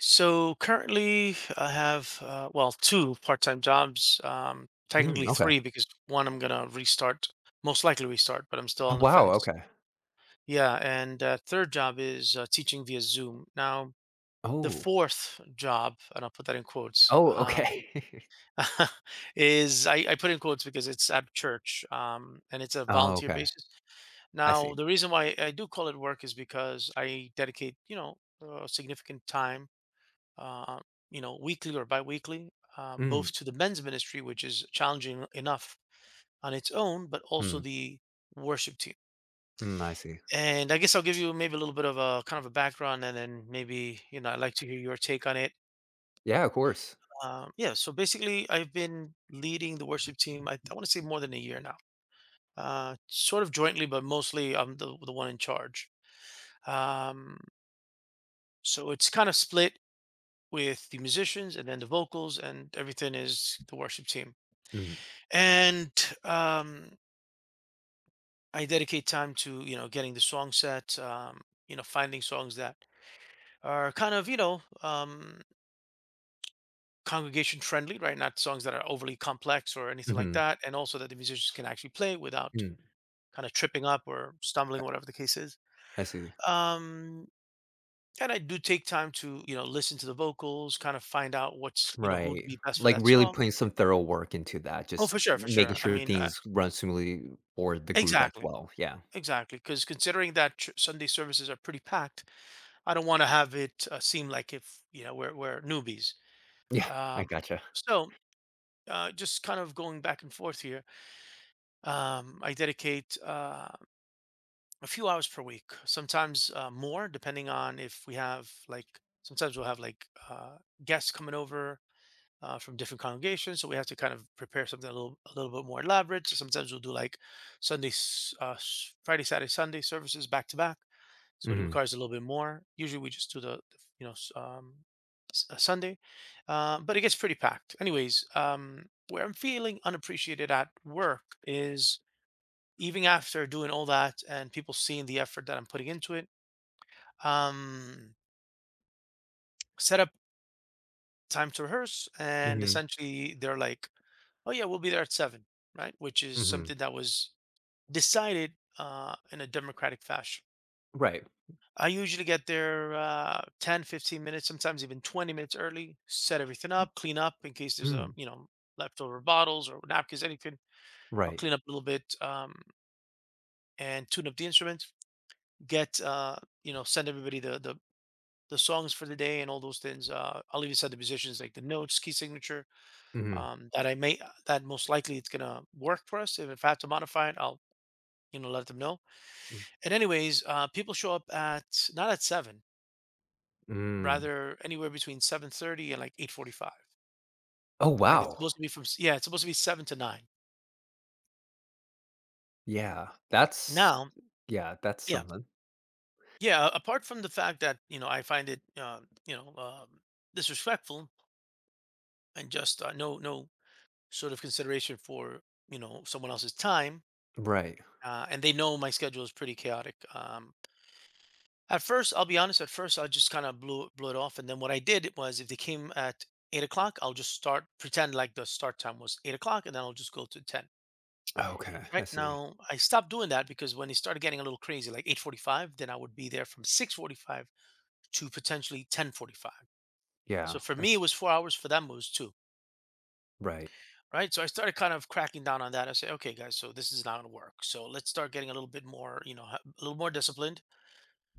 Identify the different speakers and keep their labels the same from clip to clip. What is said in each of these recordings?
Speaker 1: So currently, I have well, two part-time jobs.
Speaker 2: Mm,
Speaker 1: Technically
Speaker 2: okay.
Speaker 1: three because one I'm gonna restart, most likely restart, but I'm still
Speaker 2: Oh,
Speaker 1: on the
Speaker 2: wow,
Speaker 1: fence.
Speaker 2: okay.
Speaker 1: Yeah, and third job is teaching via Zoom. Now the
Speaker 2: Oh.
Speaker 1: fourth job, and I'll put that in quotes,
Speaker 2: Oh, okay.
Speaker 1: is I put in quotes because it's at church and it's a
Speaker 2: Oh,
Speaker 1: volunteer
Speaker 2: okay.
Speaker 1: basis.
Speaker 2: I see.
Speaker 1: Now the reason why I do call it work is because I dedicate a significant time, uh, you know, weekly or biweekly,
Speaker 2: Mm,
Speaker 1: both to the men's ministry, which is challenging enough on its own, but also
Speaker 2: mm,
Speaker 1: the worship team.
Speaker 2: mm, I see.
Speaker 1: And I guess I'll give you maybe a little bit of a kind of a background, and then maybe you know I'd like to hear your take on it.
Speaker 2: Yeah, of course.
Speaker 1: Yeah, so basically, I've been leading the worship team. I want to say more than a year now, sort of jointly, but mostly I'm the one in charge. Um, so it's kind of split with the musicians and then the vocals, and everything is the worship team,
Speaker 2: Mm,
Speaker 1: and um, I dedicate time to you know getting the song set, you know finding songs that are kind of you know congregation friendly, right? Not songs that are overly complex or anything like
Speaker 2: mhm,
Speaker 1: that, and also that the musicians can actually play without
Speaker 2: mm,
Speaker 1: kind of tripping up or stumbling, whatever the case is.
Speaker 2: I see.
Speaker 1: Um, and I do take time to you know listen to the vocals, kind of find out what's you know who'd
Speaker 2: Right.
Speaker 1: be best for
Speaker 2: Like,
Speaker 1: that
Speaker 2: really
Speaker 1: song.
Speaker 2: putting some thorough work into that,
Speaker 1: Oh,
Speaker 2: just
Speaker 1: for sure, for
Speaker 2: making
Speaker 1: sure. I
Speaker 2: sure
Speaker 1: mean,
Speaker 2: things run smoothly for the group as
Speaker 1: exactly,
Speaker 2: well, yeah.
Speaker 1: exactly. Because considering that Sunday services are pretty packed, I don't want to have it seem like if you know we're newbies.
Speaker 2: Yeah, I
Speaker 1: Um,
Speaker 2: gotcha.
Speaker 1: so just kind of going back and forth here. I dedicate a few hours per week, sometimes more, depending on if we have like sometimes we'll have like guests coming over from different congregations. So we have to kind of prepare something a little bit more elaborate. So sometimes we'll do like Friday, Saturday, Sunday services back to back. So it
Speaker 2: Mhm,
Speaker 1: requires a little bit more. Usually we just do the Sunday, but it gets pretty packed. Anyways, where I'm feeling unappreciated at work is even after doing all that and people seeing the effort that I'm putting into it. Um, Setup time to rehearse, and
Speaker 2: mhm,
Speaker 1: essentially they're like, oh yeah, we'll be there at seven, right, which is
Speaker 2: mhm.
Speaker 1: something that was decided in a democratic fashion.
Speaker 2: Right.
Speaker 1: I usually get there 10 15 minutes, sometimes even 20 minutes early, set everything up, clean up in case there's a
Speaker 2: Mm,
Speaker 1: you know leftover bottles or napkins, anything. I'll
Speaker 2: right.
Speaker 1: clean up a little bit, and tune up the instruments, get you know, send everybody the the songs for the day and all those things. I'll even send the musicians like the notes, key signature,
Speaker 2: Mhm,
Speaker 1: that I may that most likely it's gonna work for us. And if I have to modify it, I'll you know let them know.
Speaker 2: mm,
Speaker 1: And anyways, people show up at not at seven,
Speaker 2: mm.
Speaker 1: rather anywhere between 7:30 and like 8:45.
Speaker 2: Oh,
Speaker 1: And it's supposed
Speaker 2: wow.
Speaker 1: to be from yeah, it's supposed to be seven to nine.
Speaker 2: Yeah, that's
Speaker 1: Now,
Speaker 2: yeah, that's
Speaker 1: yeah,
Speaker 2: something.
Speaker 1: yeah. Apart from the fact that you know I find it you know disrespectful and just no, no sort of consideration for you know someone else's time.
Speaker 2: Right.
Speaker 1: And they know my schedule is pretty chaotic. At first, I'll be honest, at first I just kind of blew it off. And then what I did was, if they came at 8 o'clock, I'll just start, pretend like the start time was 8 o'clock, and then I'll just go to ten.
Speaker 2: Okay, I
Speaker 1: Right
Speaker 2: see.
Speaker 1: now, I stopped doing that because when it started getting a little crazy, like 8:45, then I would be there from 6:45 to potentially 10:45. So
Speaker 2: Yeah,
Speaker 1: for me,
Speaker 2: that's
Speaker 1: it was 4 hours. For them, it was two.
Speaker 2: right.
Speaker 1: Right. So I started kind of cracking down on that. I say, okay, guys, so this is not going to work. So let's start getting a little bit more, you know, a little more disciplined.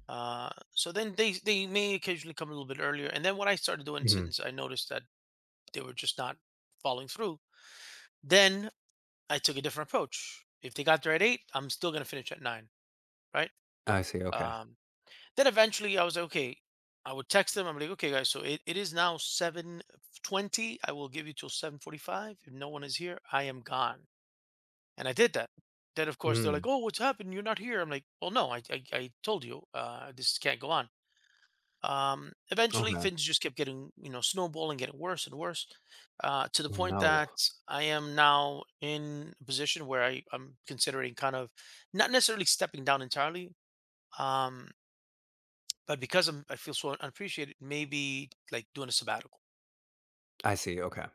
Speaker 1: So then they may occasionally come a little bit earlier. And then what I started doing,
Speaker 2: Mhm.
Speaker 1: since I noticed that they were just not following through, then I took a different approach. If they got there at eight, I'm still gonna finish at nine, right?
Speaker 2: I see, okay.
Speaker 1: Um, then eventually I was like, okay, I would text them. I'm like, okay, guys, so it is now 7:20. I will give you till 7:45. If no one is here, I am gone. And I did that. Then of course they're
Speaker 2: Mm,
Speaker 1: like, oh, what's happened? You're not here. I'm like, well, no, I told you, this can't go on. Eventually,
Speaker 2: okay.
Speaker 1: things just kept getting, you know, snowballing, getting worse and worse, to the
Speaker 2: Oh,
Speaker 1: point
Speaker 2: no.
Speaker 1: that I am now in a position where I'm considering kind of not necessarily stepping down entirely, um, but because I feel so unappreciated, maybe like doing a sabbatical.
Speaker 2: I see, okay.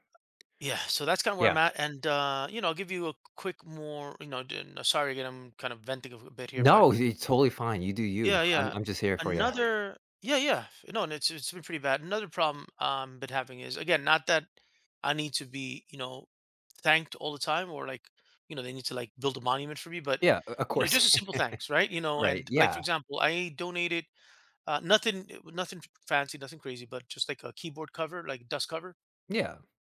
Speaker 1: Yeah, so that's kind of where I'm
Speaker 2: Yeah.
Speaker 1: at, and you know, I'll give you a quick more, you know, sorry again, I'm kind of venting a bit here, but
Speaker 2: No, you're totally fine, you do you.
Speaker 1: yeah,
Speaker 2: I'm
Speaker 1: yeah.
Speaker 2: I'm just here for you.
Speaker 1: Another yeah, yeah. No, and it's been pretty bad. Another problem been having is, again, not that I need to be, you know, thanked all the time or like, you know, they need to like build a monument for me, but
Speaker 2: Yeah, o of
Speaker 1: you know,
Speaker 2: course.
Speaker 1: just a simple thanks, right? You know,
Speaker 2: Right,
Speaker 1: and like
Speaker 2: yeah,
Speaker 1: for example, I donated nothing, nothing fancy, nothing crazy, but just like a keyboard cover, like dust cover.
Speaker 2: yeah.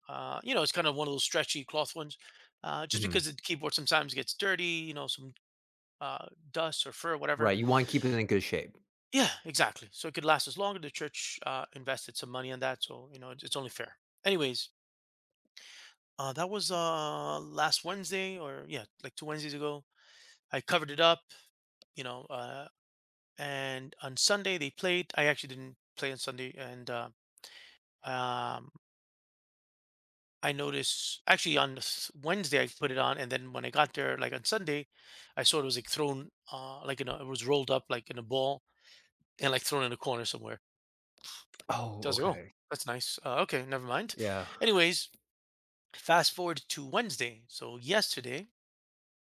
Speaker 1: You know, it's kind of one of those stretchy cloth ones. Just
Speaker 2: Mhm.
Speaker 1: because the keyboard sometimes gets dirty, you know, some uh, dust or fur, whatever.
Speaker 2: Right, you wanna keep it in good shape.
Speaker 1: Yeah, exactly. So it could last us longer. The church invested some money on that, so you know it's only fair. Anyways, that was last Wednesday, or yeah, like two Wednesdays ago. I covered it up, you know, and on Sunday they played. I actually didn't play on Sunday, and um, I noticed actually on the Wednesday I put it on, and then when I got there, like on Sunday, I saw it was like thrown, like in a, it was rolled up like in a ball and like thrown in a corner somewhere.
Speaker 2: Oh,
Speaker 1: Does it? Oh,
Speaker 2: okay.
Speaker 1: that's nice. Okay, never mind.
Speaker 2: Yeah,
Speaker 1: Anyways, fast forward to Wednesday. So yesterday,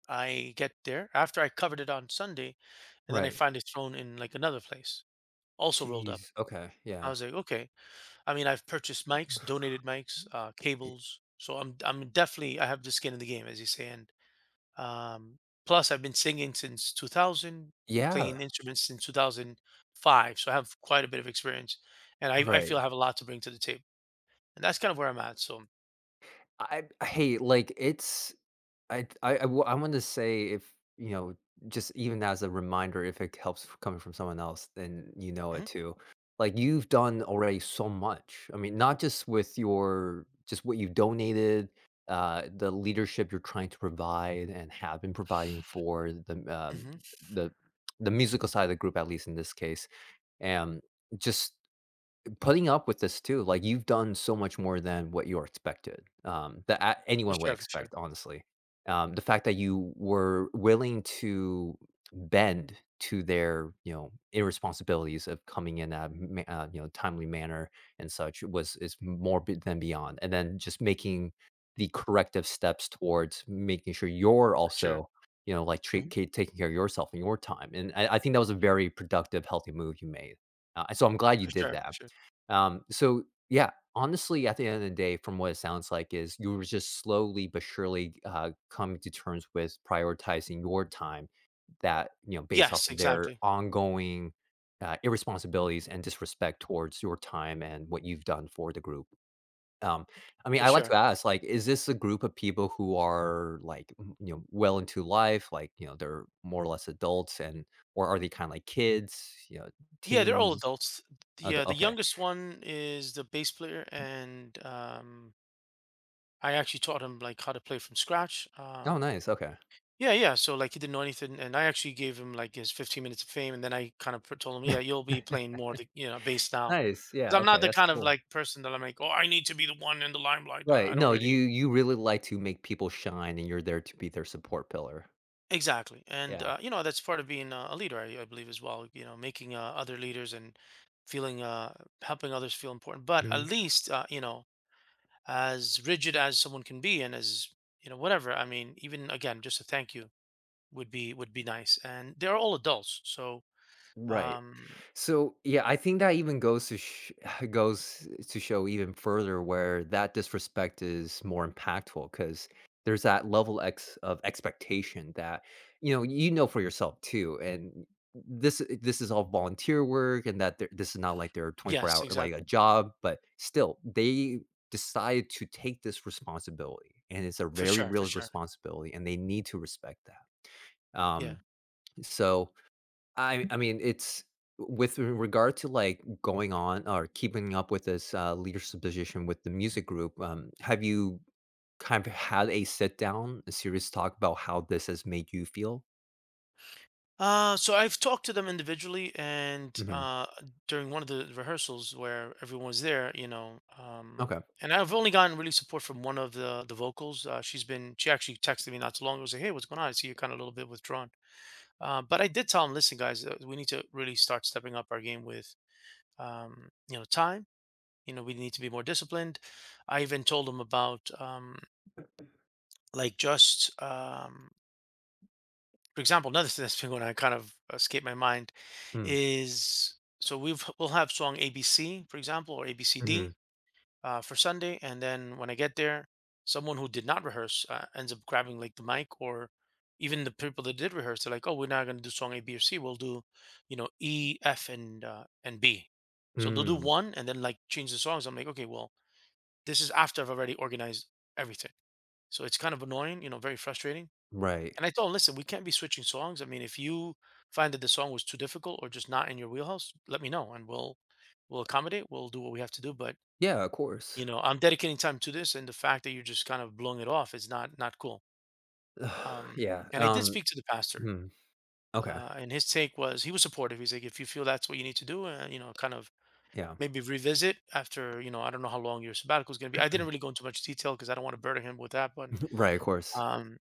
Speaker 1: I get there after I covered it on Sunday, and then I
Speaker 2: right.
Speaker 1: find it thrown in like another place, also rolled up.
Speaker 2: Jeez, okay,
Speaker 1: I
Speaker 2: yeah.
Speaker 1: was like, okay. I mean, I've purchased mics, donated mics,
Speaker 2: Y
Speaker 1: cables. So I'm definitely, I have the skin in the game, as you say. And um, plus, I've been singing since 2000,
Speaker 2: Yeah,
Speaker 1: playing instruments since 2005. So I have quite a bit of experience, and I
Speaker 2: right.
Speaker 1: feel I have a lot to bring to the table. And that's kind of where I'm at. So.
Speaker 2: I Hey, like, it's I wa- I want to say if, just even as a reminder, if it helps f coming from someone else, then you know it
Speaker 1: Mhm,
Speaker 2: too. Like, you've done already so much. I mean, not just with your just what you've donated, the leadership you're trying to provide and have been providing for
Speaker 1: mhm.
Speaker 2: the the musical side of the group, at least in this case, and just putting up with this too, like, you've done so much more than what you're expected, that a
Speaker 1: For
Speaker 2: anyone would
Speaker 1: sure, for sure,
Speaker 2: expect, honestly. The fact that you were willing to bend to their, irresponsibilities of coming in at a timely manner and such was is more be than beyond, and then just making the corrective steps towards making sure you're
Speaker 1: for sure.
Speaker 2: also, like, treat
Speaker 1: Mhm.
Speaker 2: ca taking care of yourself and your time, and I think that was a very productive, healthy move you made, so I'm glad you
Speaker 1: For
Speaker 2: did
Speaker 1: sure, for
Speaker 2: that.
Speaker 1: sure.
Speaker 2: So yeah, honestly, at the end of the day, from what it sounds like, is you were just slowly but surely coming to terms with prioritizing your time that based off
Speaker 1: Yes,
Speaker 2: of their
Speaker 1: exactly.
Speaker 2: ongoing irresponsibilities and disrespect towards your time and what you've done for the group. Um, I mean,
Speaker 1: For
Speaker 2: I like to
Speaker 1: sure.
Speaker 2: ask, like, is this a group of people who are like, well into life, like, they're more or less adults, and or are they kind of like kids,
Speaker 1: Yeah, they're all
Speaker 2: teens?
Speaker 1: adults. Yeah, the
Speaker 2: Okay.
Speaker 1: youngest one is the bass player, and I actually taught him like how to play from scratch.
Speaker 2: Oh, nice. Okay.
Speaker 1: Yeah, yeah. So like he didn't know anything, and I actually gave him like his 15 minutes of fame, and then I kind of told him, yeah, you'll be playing more the you know bass now,
Speaker 2: Nice, yeah,
Speaker 1: because I'm not
Speaker 2: okay,
Speaker 1: the
Speaker 2: that's
Speaker 1: kind of
Speaker 2: cool.
Speaker 1: like person that I'm like, oh, I need to be the one in the limelight. I
Speaker 2: Right,
Speaker 1: I don't
Speaker 2: no, you
Speaker 1: really.
Speaker 2: you really like to make people shine, and you're there to be their support pillar.
Speaker 1: Exactly. And,
Speaker 2: Yeah.
Speaker 1: you know, that's part of being a leader, I believe, as well. You know, making other leaders and feeling, helping others feel important. But at
Speaker 2: Mhm.
Speaker 1: least, you know, as rigid as someone can be and as, you know, whatever, I mean, even again, just a thank you would be nice. And they're all adults. So,
Speaker 2: Right.
Speaker 1: um,
Speaker 2: So, yeah, I think that even goes to show even further where that disrespect is more impactful because there's that level X of expectation that you know for yourself too, and this is all volunteer work, and this is not like their 24
Speaker 1: yes,
Speaker 2: hour like a
Speaker 1: exactly.
Speaker 2: job, but still they decide to take this responsibility, and it's a
Speaker 1: For
Speaker 2: very
Speaker 1: sure. For
Speaker 2: real
Speaker 1: sure.
Speaker 2: responsibility, and they need to respect that.
Speaker 1: Yeah.
Speaker 2: Um, so. I mean, it's with regard to, like, going on or keeping up with this, leadership position with the music group, have you kind of had a sit down, a serious talk about how this has made you feel?
Speaker 1: So I've talked to them individually, and
Speaker 2: Mhm.
Speaker 1: during one of the rehearsals where everyone was there, you know,
Speaker 2: Okay.
Speaker 1: and I've only gotten really support from one of the vocals. She actually texted me not too long ago, was like, "Hey, what's going on? I see you're kind of a little bit withdrawn." But I did tell them, "Listen, guys, we need to really start stepping up our game with, you know, time. You know, we need to be more disciplined." I even told them about like just for example, another thing that's been going on, kind of escaped my mind,
Speaker 2: Mm.
Speaker 1: is so we'll have song ABC, for example, or
Speaker 2: Mhm.
Speaker 1: ABCD for Sunday, and then when I get there, someone who did not rehearse ends up grabbing like the mic, or even the people that did rehearse, they're like, "Oh, we're not going to do song A, B, or C. We'll do, you know, E, F, and B." So they'll do
Speaker 2: Mm.
Speaker 1: one and then like change the songs. I'm like, okay, well, this is after I've already organized everything. So it's kind of annoying, you know, very frustrating.
Speaker 2: Right.
Speaker 1: And I told him, listen, we can't be switching songs. I mean, if you find that the song was too difficult or just not in your wheelhouse, let me know and we'll accommodate. We'll do what we have to do. But
Speaker 2: Yeah, of course.
Speaker 1: you know, I'm dedicating time to this, and the fact that you're just kind of blowing it off is not, not cool. Um,
Speaker 2: Yeah,
Speaker 1: and I did speak to the pastor,
Speaker 2: mhm. Okay.
Speaker 1: and his take was he was supportive. He's like, if you feel that's what you need to do, you know, kind of
Speaker 2: Yeah.
Speaker 1: maybe revisit after you know, I don't know how long your sabbatical is going to be. I didn't really go into much detail because I don't want to burden him with that, but
Speaker 2: Right, of course.
Speaker 1: um,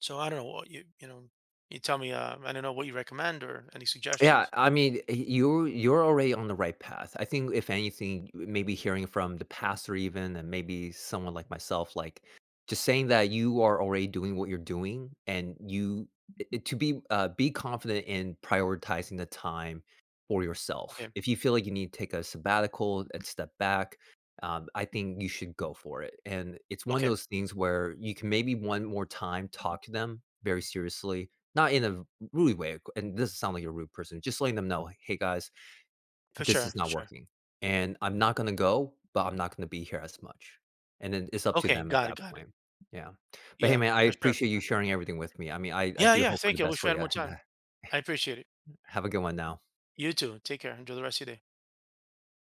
Speaker 1: so I don't know what you know, you tell me, I don't know what you recommend or any
Speaker 2: Yeah,
Speaker 1: suggestions.
Speaker 2: I mean, you're already on the right path. I think if anything, maybe hearing from the pastor even, and maybe someone like myself, like, just saying that you are already doing what you're doing and you be confident in prioritizing the time for yourself.
Speaker 1: Okay,
Speaker 2: If you feel like you need to take a sabbatical and step back, I think you should go for it, and it's one of
Speaker 1: okay.
Speaker 2: those things where you can maybe one more time talk to them very seriously, not in a rude way, and this sound like a rude person, just letting them know, "Hey, guys,
Speaker 1: For
Speaker 2: this
Speaker 1: sure,
Speaker 2: is
Speaker 1: for
Speaker 2: not
Speaker 1: sure.
Speaker 2: working, and I'm not gonna go, but I'm not gonna be here as much." And then it's up to
Speaker 1: Okay,
Speaker 2: them at
Speaker 1: got it,
Speaker 2: that
Speaker 1: got it.
Speaker 2: point. Yeah. But hey,
Speaker 1: Yeah,
Speaker 2: man, I
Speaker 1: for sure, for
Speaker 2: appreciate you
Speaker 1: sure.
Speaker 2: sharing everything with me. I mean, I
Speaker 1: Yeah,
Speaker 2: do
Speaker 1: yeah,
Speaker 2: hope for
Speaker 1: thank
Speaker 2: the
Speaker 1: you. I
Speaker 2: best
Speaker 1: wish we
Speaker 2: for
Speaker 1: had
Speaker 2: you.
Speaker 1: more time. I appreciate it.
Speaker 2: Have a good one now.
Speaker 1: You too. Take care. Enjoy the rest of your day.